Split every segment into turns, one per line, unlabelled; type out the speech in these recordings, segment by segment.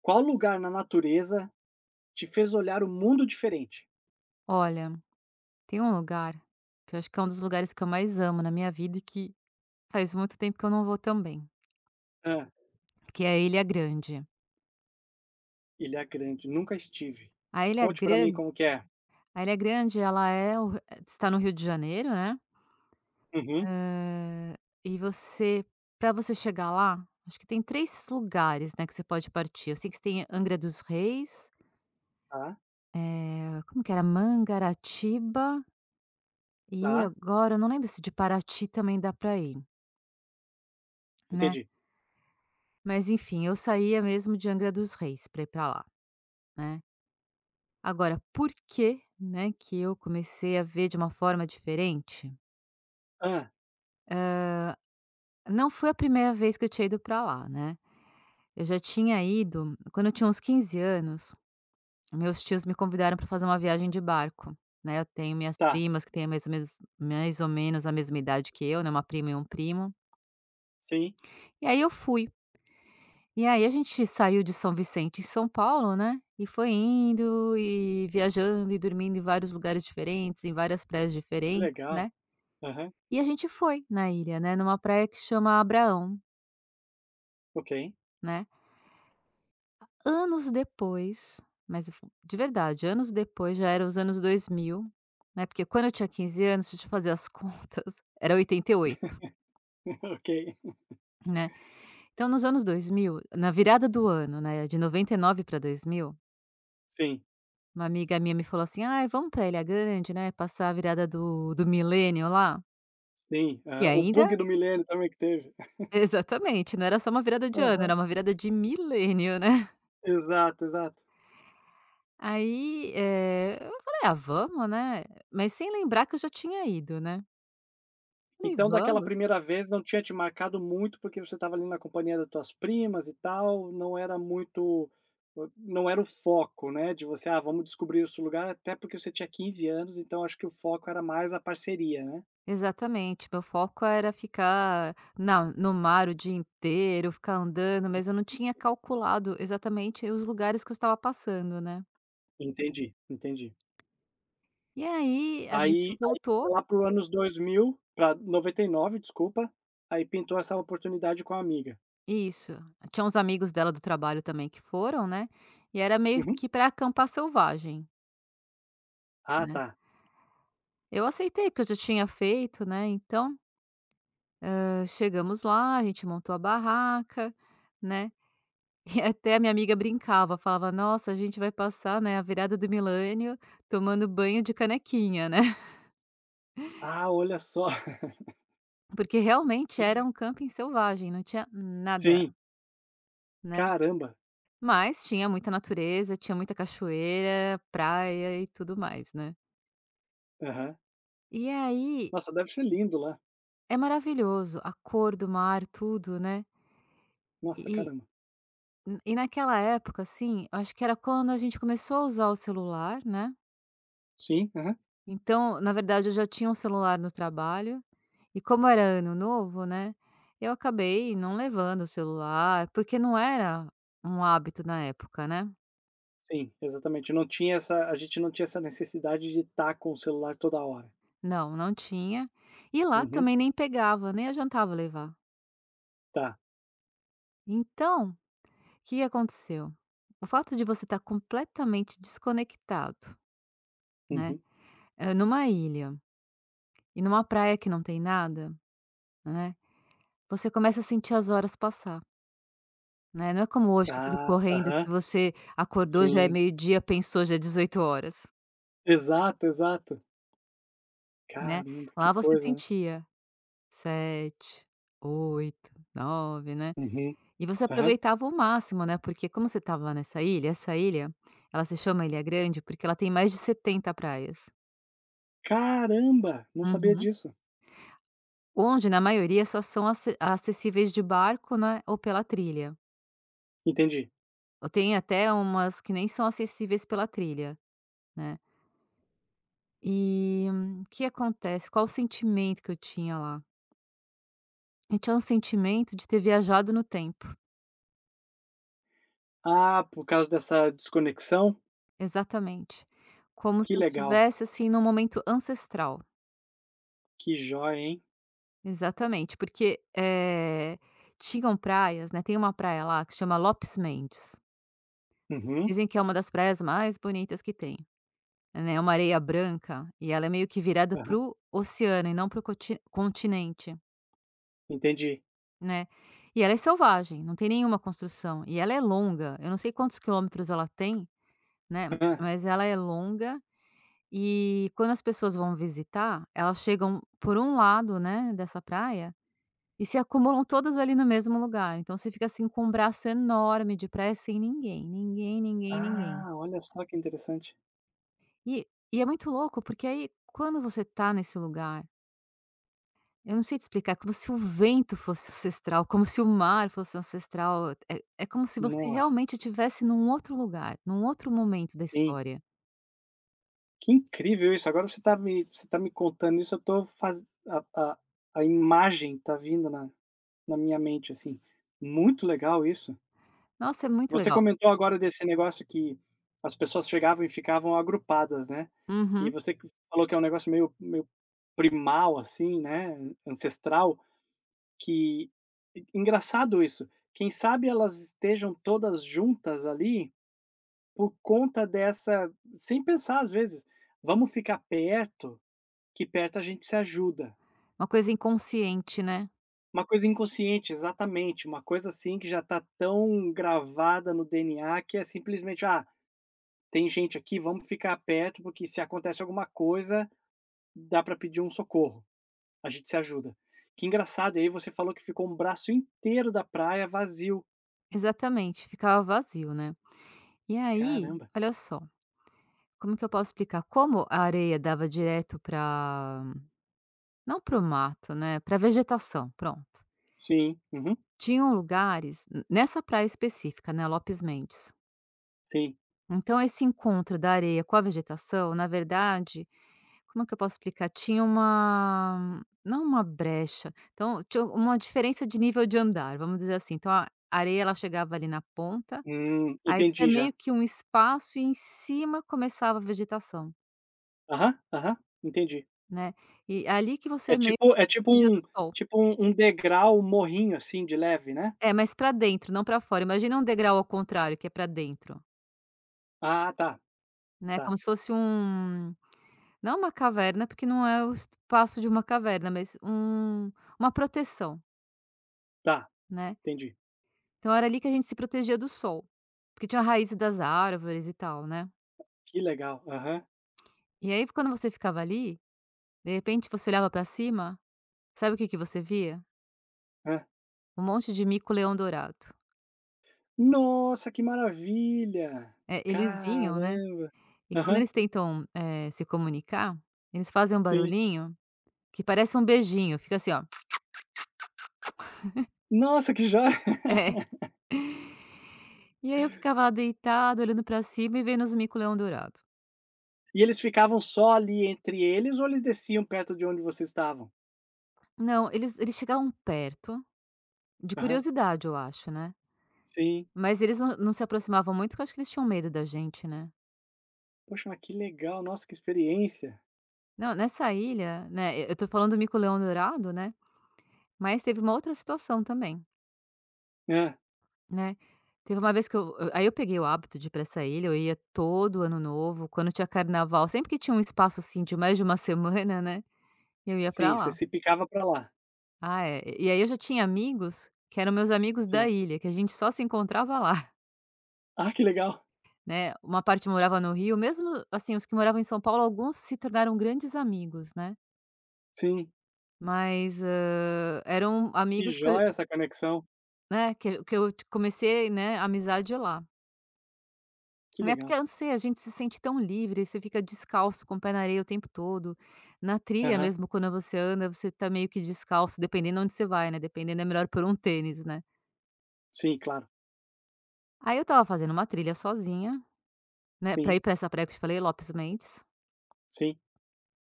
Qual lugar na natureza te fez olhar o mundo diferente?
Olha, tem um lugar que eu acho que é um dos lugares que eu mais amo na minha vida e que faz muito tempo que eu não vou também,
Hã.
que é a Ilha Grande.
Ilha Grande, nunca estive.
A Ilha
Conte pra mim
Grande,
como que é.
a Ilha Grande, ela é está no Rio de Janeiro, né?
Uhum.
Eh, e você, para você chegar lá, acho que tem três lugares, né, que você pode partir. Eu sei que tem Angra dos Reis,
Tá,
como que era? Mangaratiba e
tá,
agora eu não lembro se de Paraty também dá para ir, né?
entendi.
Mas enfim, eu saía mesmo de Angra dos Reis para ir para lá, né. Agora, por que, né, que eu comecei a ver de uma forma diferente?
Hã,
Não foi a primeira vez que eu tinha ido para lá, né. Eu já tinha ido quando eu tinha uns 15 anos, meus tios me convidaram para fazer uma viagem de barco, né. Eu tenho minhas
tá,
primas que têm mais ou menos a mesma idade que eu, né, uma prima e um primo,
sim,
e aí eu fui. E aí a gente saiu de São Vicente em São Paulo, né, e foi indo e viajando e dormindo em vários lugares diferentes, em várias praias
que
diferentes,
legal.
né,
Aham,
e a gente foi na ilha, né, numa praia que chama Abraão,
ok,
né. Anos depois, mas fo de verdade, anos depois, já eram os anos 2000, né, porque quando eu tinha 15 anos, deixa eu fazer as contas, era 88,
ok.
né. Então nos anos 2000, na virada do ano, né, de 99 para 2000.
Sim,
Uma amiga minha me falou assim: "Ai, vamos pra Ilha Grande, né, passar a virada do milênio lá".
sim,
E
aham. O
ainda
bug do milênio também que teve.
exatamente, não era só uma virada de ano,
Aham,
era uma virada de milênio, né.
exato, exato.
Aí, eu falei: "Ah, vamos, né". Mas sem lembrar que eu já tinha ido, né. Falei:
Então, daquela
"Vamos".
primeira vez não tinha te marcado muito, porque você estava ali na companhia das tuas primas e tal, não era o foco, né, de você: "Ah, vamos descobrir esse lugar", até porque você tinha 15 anos, então acho que o foco era mais a parceria, né.
Exatamente, meu foco era ficar na no mar o dia inteiro, ficar andando, mas eu não tinha calculado exatamente os lugares que eu estava passando, né.
Entendi, entendi.
E aí a gente
Aí
voltou.
lá para os anos 2000, para noventa e nove, desculpa, aí pintou essa oportunidade com a amiga.
Isso. Tinha uns amigos dela do trabalho também que foram, né, e era meio
Uhum.
que para acampar selvagem,
Ah,
né.
tá.
Eu aceitei, porque eu já tinha feito, né, então, chegamos lá, a gente montou a barraca, né, e até a minha amiga brincava, falava: "Nossa, a gente vai passar, né, a virada do milênio tomando banho de canequinha", né,
Ah, olha só.
porque realmente era um camping selvagem, não tinha nada,
Sim.
né.
Caramba.
Mas tinha muita natureza, tinha muita cachoeira, praia e tudo mais, né.
Aham.
E aí
Nossa, deve ser lindo lá.
é maravilhoso, a cor do mar, tudo, né.
Nossa,
E
caramba.
e naquela época, assim, acho que era quando a gente começou a usar o celular, né.
Sim, aham.
Então, na verdade, eu já tinha um celular no trabalho, e como era ano novo, né, eu acabei não levando o celular, porque não era um hábito na época, né.
Sim, exatamente. Não tinha essa A gente não tinha essa necessidade de estar com o celular toda hora.
Não, não tinha. E lá
Uhum,
também nem pegava, nem adiantava levar.
tá.
Então, o que aconteceu? O fato de você estar completamente desconectado, né,
Uhum.
Numa ilha e numa praia que não tem nada, né, você começa a sentir as horas passar, né. Não é como hoje que é tudo
Ah,
correndo,
aham,
que você acordou, já
sim.
é meio-dia, pensou, já é 18 horas,
Exato, exato.
né.
Caramba, que
Lá você
coisa, né.
sentia 7, 8, 9, né,
Uhum,
e você
aham.
aproveitava o máximo, né, porque como você estava lá nessa ilha, essa ilha, ela se chama Ilha Grande porque ela tem mais de 70 praias.
Caramba, não sabia
Uhum.
disso.
Onde, na maioria, só são acessíveis de barco, né, ou pela trilha.
Entendi.
Tem até umas que nem são acessíveis pela trilha, né. E o que acontece, qual o sentimento que eu tinha lá? Eu tinha um sentimento de ter viajado no tempo,
Ah, por causa dessa desconexão?
exatamente. Como se
Que
eu
legal,
tivesse assim, num momento ancestral.
que jóia, hein.
Exatamente, porque, tinham praias, né, tem uma praia lá que chama Lopes Mendes.
Uhum,
Dizem que é uma das praias mais bonitas que tem, né, é uma areia branca e ela é meio que virada
aham,
pro oceano e não pro coti continente.
entendi.
Né. E ela é selvagem, não tem nenhuma construção, e ela é longa, eu não sei quantos quilômetros ela tem, né,
Hã.
mas ela é longa e quando as pessoas vão visitar, elas chegam por um lado, né, dessa praia, e se acumulam todas ali no mesmo lugar, então você fica, assim, com um braço enorme de praia sem ninguém, ninguém, ninguém, ninguém.
Ah, olha só que interessante.
E e é muito louco, porque aí quando você tá nesse lugar, eu não sei te explicar, é como se o vento fosse ancestral, como se o mar fosse ancestral, é como se você
Nossa,
realmente estivesse num outro lugar, num outro momento da
sim.
história.
Que incrível isso. Agora você tá me contando isso, eu tô faz a imagem tá vindo na minha mente, assim. Muito legal isso.
Nossa, é muito
Você
legal.
comentou agora desse negócio que as pessoas chegavam e ficavam agrupadas, né. E
Uhum.
você que falou que é um negócio meio primal, assim, né, ancestral, que engraçado isso. Quem sabe elas estejam todas juntas ali por conta dessa, sem pensar, às vezes: "Vamos ficar perto, que perto a gente se ajuda".
Uma coisa inconsciente, né.
Uma coisa inconsciente, exatamente, uma coisa assim que já está tão gravada no DNA que é simplesmente: "Ah, tem gente aqui, vamos ficar perto, porque se acontece alguma coisa, dá para pedir um socorro, a gente se ajuda". Que engraçado, e aí você falou que ficou um braço inteiro da praia vazio.
Exatamente, ficava vazio, né. E aí,
Caramba.
olha só, como que eu posso explicar, como a areia dava direto para não para o mato, né, para vegetação, pronto.
Sim, uhum,
Tinham lugares, n nessa praia específica, né, Lopes Mendes.
sim.
Então esse encontro da areia com a vegetação, na verdade, como é que eu posso explicar? Tinha uma não uma brecha, então tinha uma diferença de nível de andar, vamos dizer assim. Então a areia ela chegava ali na ponta, aí tinha
Entendi já.
meio que um espaço e em cima começava a vegetação,
Aham, aham, entendi.
né. E ali que
É
você meio
tipo é tipo
que fugia
um
do sol.
tipo um um degrau, um morrinho, assim, de leve, né?
É, mas para dentro, não para fora. Imagina um degrau ao contrário, que é para dentro,
Ah, tá,
né,
tá.
como se fosse um... Não uma caverna, porque não é o espaço de uma caverna, mas uma proteção,
Tá,
né.
entendi.
Então era ali que a gente se protegia do sol, porque tinha a raiz das árvores e tal, né.
Que legal. Aham,
E aí quando você ficava ali, de repente você olhava pra cima, sabe o que que você via?
hã.
Um monte de mico-leão dourado.
Nossa, que maravilha!
É, eles vinham, né,
Caramba.
e quando
Aham,
eles tentam, se comunicar, eles fazem um
sim.
barulhinho que parece um beijinho, fica assim ó,
Nossa, que joia.
é. E aí eu ficava lá deitada olhando pra cima e vendo os mico-leão dourado.
E eles ficavam só ali entre eles ou eles desciam perto de onde vocês estavam?
Não, eles chegavam perto, de
Aham,
curiosidade eu acho, né.
sim.
Mas eles não se aproximavam muito, porque eu acho que eles tinham medo da gente, né.
Poxa, mas que legal, nossa, que experiência.
Não, nessa ilha, né, eu tô falando do mico-leão dourado, né, mas teve uma outra situação também,
Hã.
né. Teve uma vez que eu peguei o hábito de ir pra essa ilha, eu ia todo ano novo, quando tinha carnaval, sempre que tinha um espaço, assim, de mais de uma semana, né, eu ia pra
Sim, você
lá.
se picava pra lá.
Ah, é, e aí eu já tinha amigos que eram meus amigos da
Sim.
ilha, que a gente só se encontrava lá.
Ah, que legal.
Né, uma parte morava no Rio, mesmo assim, os que moravam em São Paulo, alguns se tornaram grandes amigos, né,
Sim.
mas, eram
Que
amigos que eu
joia essa conexão.
né, que eu comecei, né, a amizade lá.
Que
É porque
legal.
eu não sei, a gente se sente tão livre, você fica descalço com o pé na areia o tempo todo. Na trilha
Aham.
mesmo, quando você anda, você tá meio que descalço, dependendo onde você vai, né, dependendo é melhor por um tênis, né.
Sim, claro.
Aí eu estava fazendo uma trilha sozinha, né, pra ir
Sim,
pra essa praia que eu te falei, Lopes Mendes.
sim.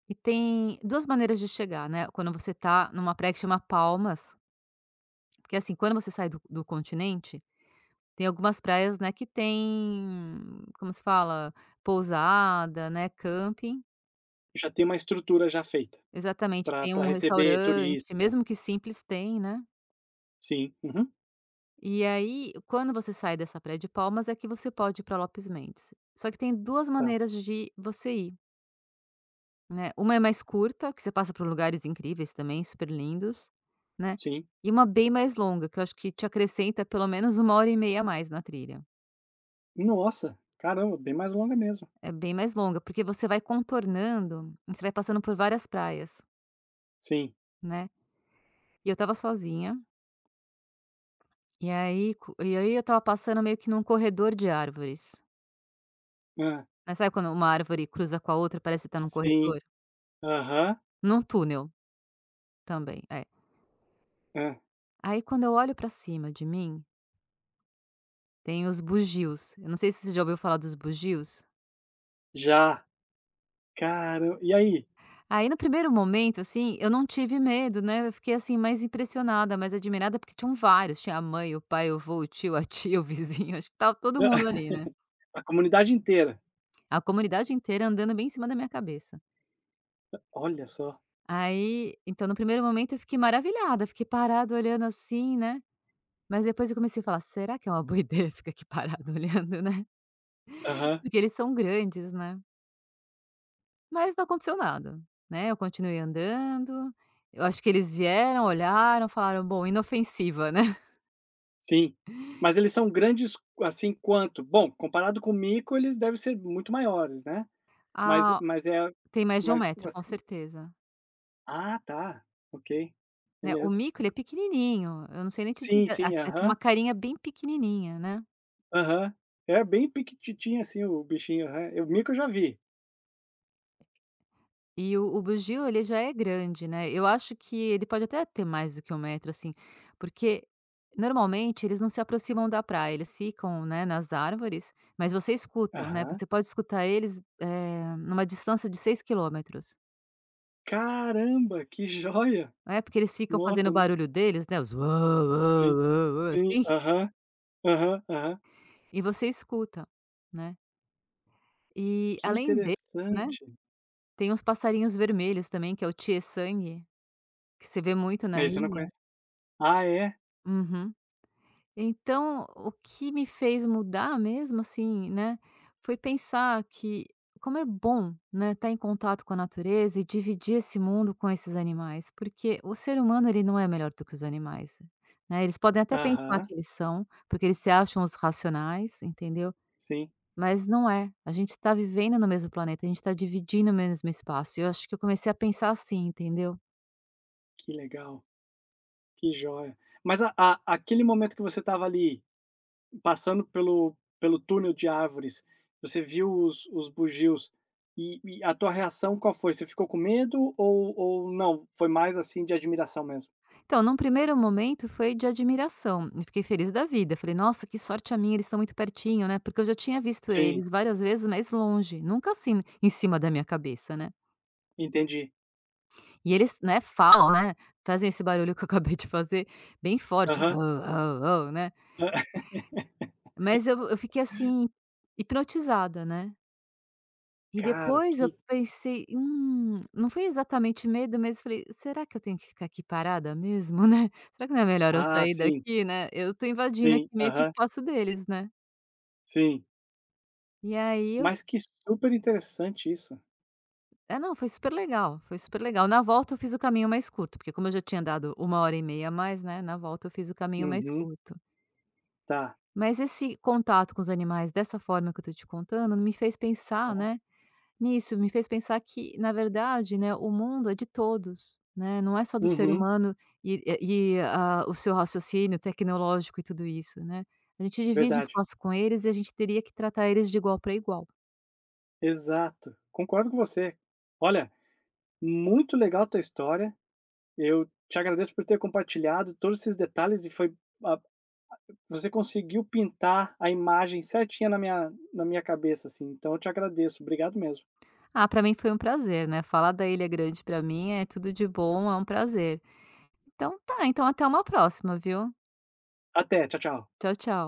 E tem 2 maneiras de chegar, né, quando você tá numa praia que chama Palmas, porque, assim, quando você sai do continente, tem algumas praias, né, que tem como se fala? Pousada, né, camping.
Já tem uma estrutura já feita
Exatamente,
pra
tem
pra
um
receber
restaurante,
turista.
mesmo que simples, tem, né.
Sim. Uhum.
E aí, quando você sai dessa praia de Palmas, é que você pode ir pra Lopes Mendes. Só que tem 2
Tá.
maneiras de você ir. Né, uma é mais curta, que você passa por lugares incríveis também, super lindos, né,
Sim.
e uma bem mais longa, que eu acho que te acrescenta pelo menos 1 hora e meia a mais na trilha.
Nossa, caramba, bem mais longa mesmo.
É bem mais longa, porque você vai contornando e você vai passando por várias praias,
Sim.
né. E eu estava sozinha, e aí eu estava passando meio que num corredor de árvores,
Hã.
né, sabe quando uma árvore cruza com a outra, parece que está num
Sim.
corredor?
Aham.
Num túnel também, é.
Hã.
Aí quando eu olho pra cima de mim, tem os bugios, eu não sei se você já ouviu falar dos bugios?
Já, caramba, e aí?
Aí no primeiro momento, assim, eu não tive medo, né, eu fiquei, assim, mais impressionada, mais admirada, porque tinham vários, tinha a mãe, o pai, o avô, o tio, a tia, o vizinho, acho que estava todo mundo ali, né.
A comunidade inteira.
A comunidade inteira andando bem em cima da minha cabeça.
Olha só.
Aí, então no primeiro momento eu fiquei maravilhada, fiquei parada olhando assim, né, mas depois eu comecei a falar: "Será que é uma boa ideia ficar aqui parado olhando, né?"
Aham.
Porque eles são grandes, né. Mas não aconteceu nada, né, eu continuei andando, eu acho que eles vieram, olharam, falaram: "Bom, inofensiva, né".
Sim. Mas eles são grandes, assim, quanto? Bom, comparado com o mico, eles devem ser muito maiores, né. Mas
Ah,
mas é,
tem mais de um
mas,
metro, com
assim,
certeza,
ah, tá. Ok.
né. O
Beleza.
mico ele é pequenininho, eu não sei nem te
Sim,
dizer, a
sim.
é, tem
Aham.
uma carinha bem pequenininha, né.
Aham. É bem piquititinho, assim, o bichinho. Aham. O mico eu já vi.
E o bugio ele já é grande, né, eu acho que ele pode até ter mais do que um metro, assim, porque normalmente eles não se aproximam da praia, eles ficam, né, nas árvores, mas você escuta, né,
Aham.
você pode escutar eles, numa distância de 6 km,
Caramba, que joia!
né, porque eles ficam
Nossa,
fazendo
eu
o
não
barulho deles, né, os
sim, sim,
assim,
aham, aham, aham.
e você escuta, né. E
Que
além dele, né,
interessante.
tem uns passarinhos vermelhos também, que é o tietê-sangue, que você vê muito
É,
na
isso eu não
ilha.
conheço. Ah, é?
Uhum. Então, o que me fez mudar mesmo, assim, né, foi pensar que como é bom, né, estar em contato com a natureza e dividir esse mundo com esses animais, porque o ser humano ele não é melhor do que os animais, né. Eles podem até pensar
Aham,
que eles são, porque eles se acham os racionais, entendeu?
sim,
Mas não é, a gente está vivendo no mesmo planeta, a gente está dividindo o mesmo espaço, e eu acho que eu comecei a pensar assim, entendeu.
que legal, que joia. Mas a aquele momento que você estava ali, passando pelo túnel de árvores, você viu os bugios, e a tua reação qual foi? Você ficou com medo ou não, foi mais, assim, de admiração mesmo?
Então, num primeiro momento foi de admiração, eu fiquei feliz da vida, falei: "Nossa, que sorte a minha, eles estão muito pertinho, né", porque eu já tinha visto
Sim,
eles várias vezes, mas longe, nunca assim, em cima da minha cabeça, né.
entendi.
E eles, né, falam, né, fazem esse barulho que eu acabei de fazer, bem forte, "Ah,
Aham.
ah, ah", né, mas eu fiquei assim, hipnotizada, né. E
Cara,
depois eu
que
pensei: não foi exatamente medo, mas falei: "Será que eu tenho que ficar aqui parada mesmo, né? Será que não é melhor eu
ah,
sair
sim.
daqui, né? Eu tô invadindo aqui
Sim,
meio que o
aham,
espaço deles, né?".
sim.
E aí eu s
Mas que super interessante isso.
é, não, foi super legal, foi super legal. Na volta eu fiz o caminho mais curto, porque como eu já tinha dado uma hora e meia a mais, né, na volta eu fiz o caminho mais
Uhum,
curto.
tá.
Mas esse contato com os animais dessa forma que eu tô te contando me fez pensar, né, isso, me fez pensar que, na verdade, né, o mundo é de todos, né, não é só do ser
Uhum,
humano e o seu raciocínio tecnológico e tudo isso, né. A gente divide
verdade.
espaço com eles e a gente teria que tratar eles de igual para igual.
Exato, concordo com você. Olha, muito legal a tua história, eu te agradeço por ter compartilhado todos esses detalhes, e foi a você conseguiu pintar a imagem certinha na minha cabeça, assim, então eu te agradeço, obrigado mesmo.
Ah, para mim foi um prazer, né, falar da Ilha Grande para mim é tudo de bom, é um prazer. Então tá, então até uma próxima, viu.
Até, tchau, tchau.
Tchau, tchau.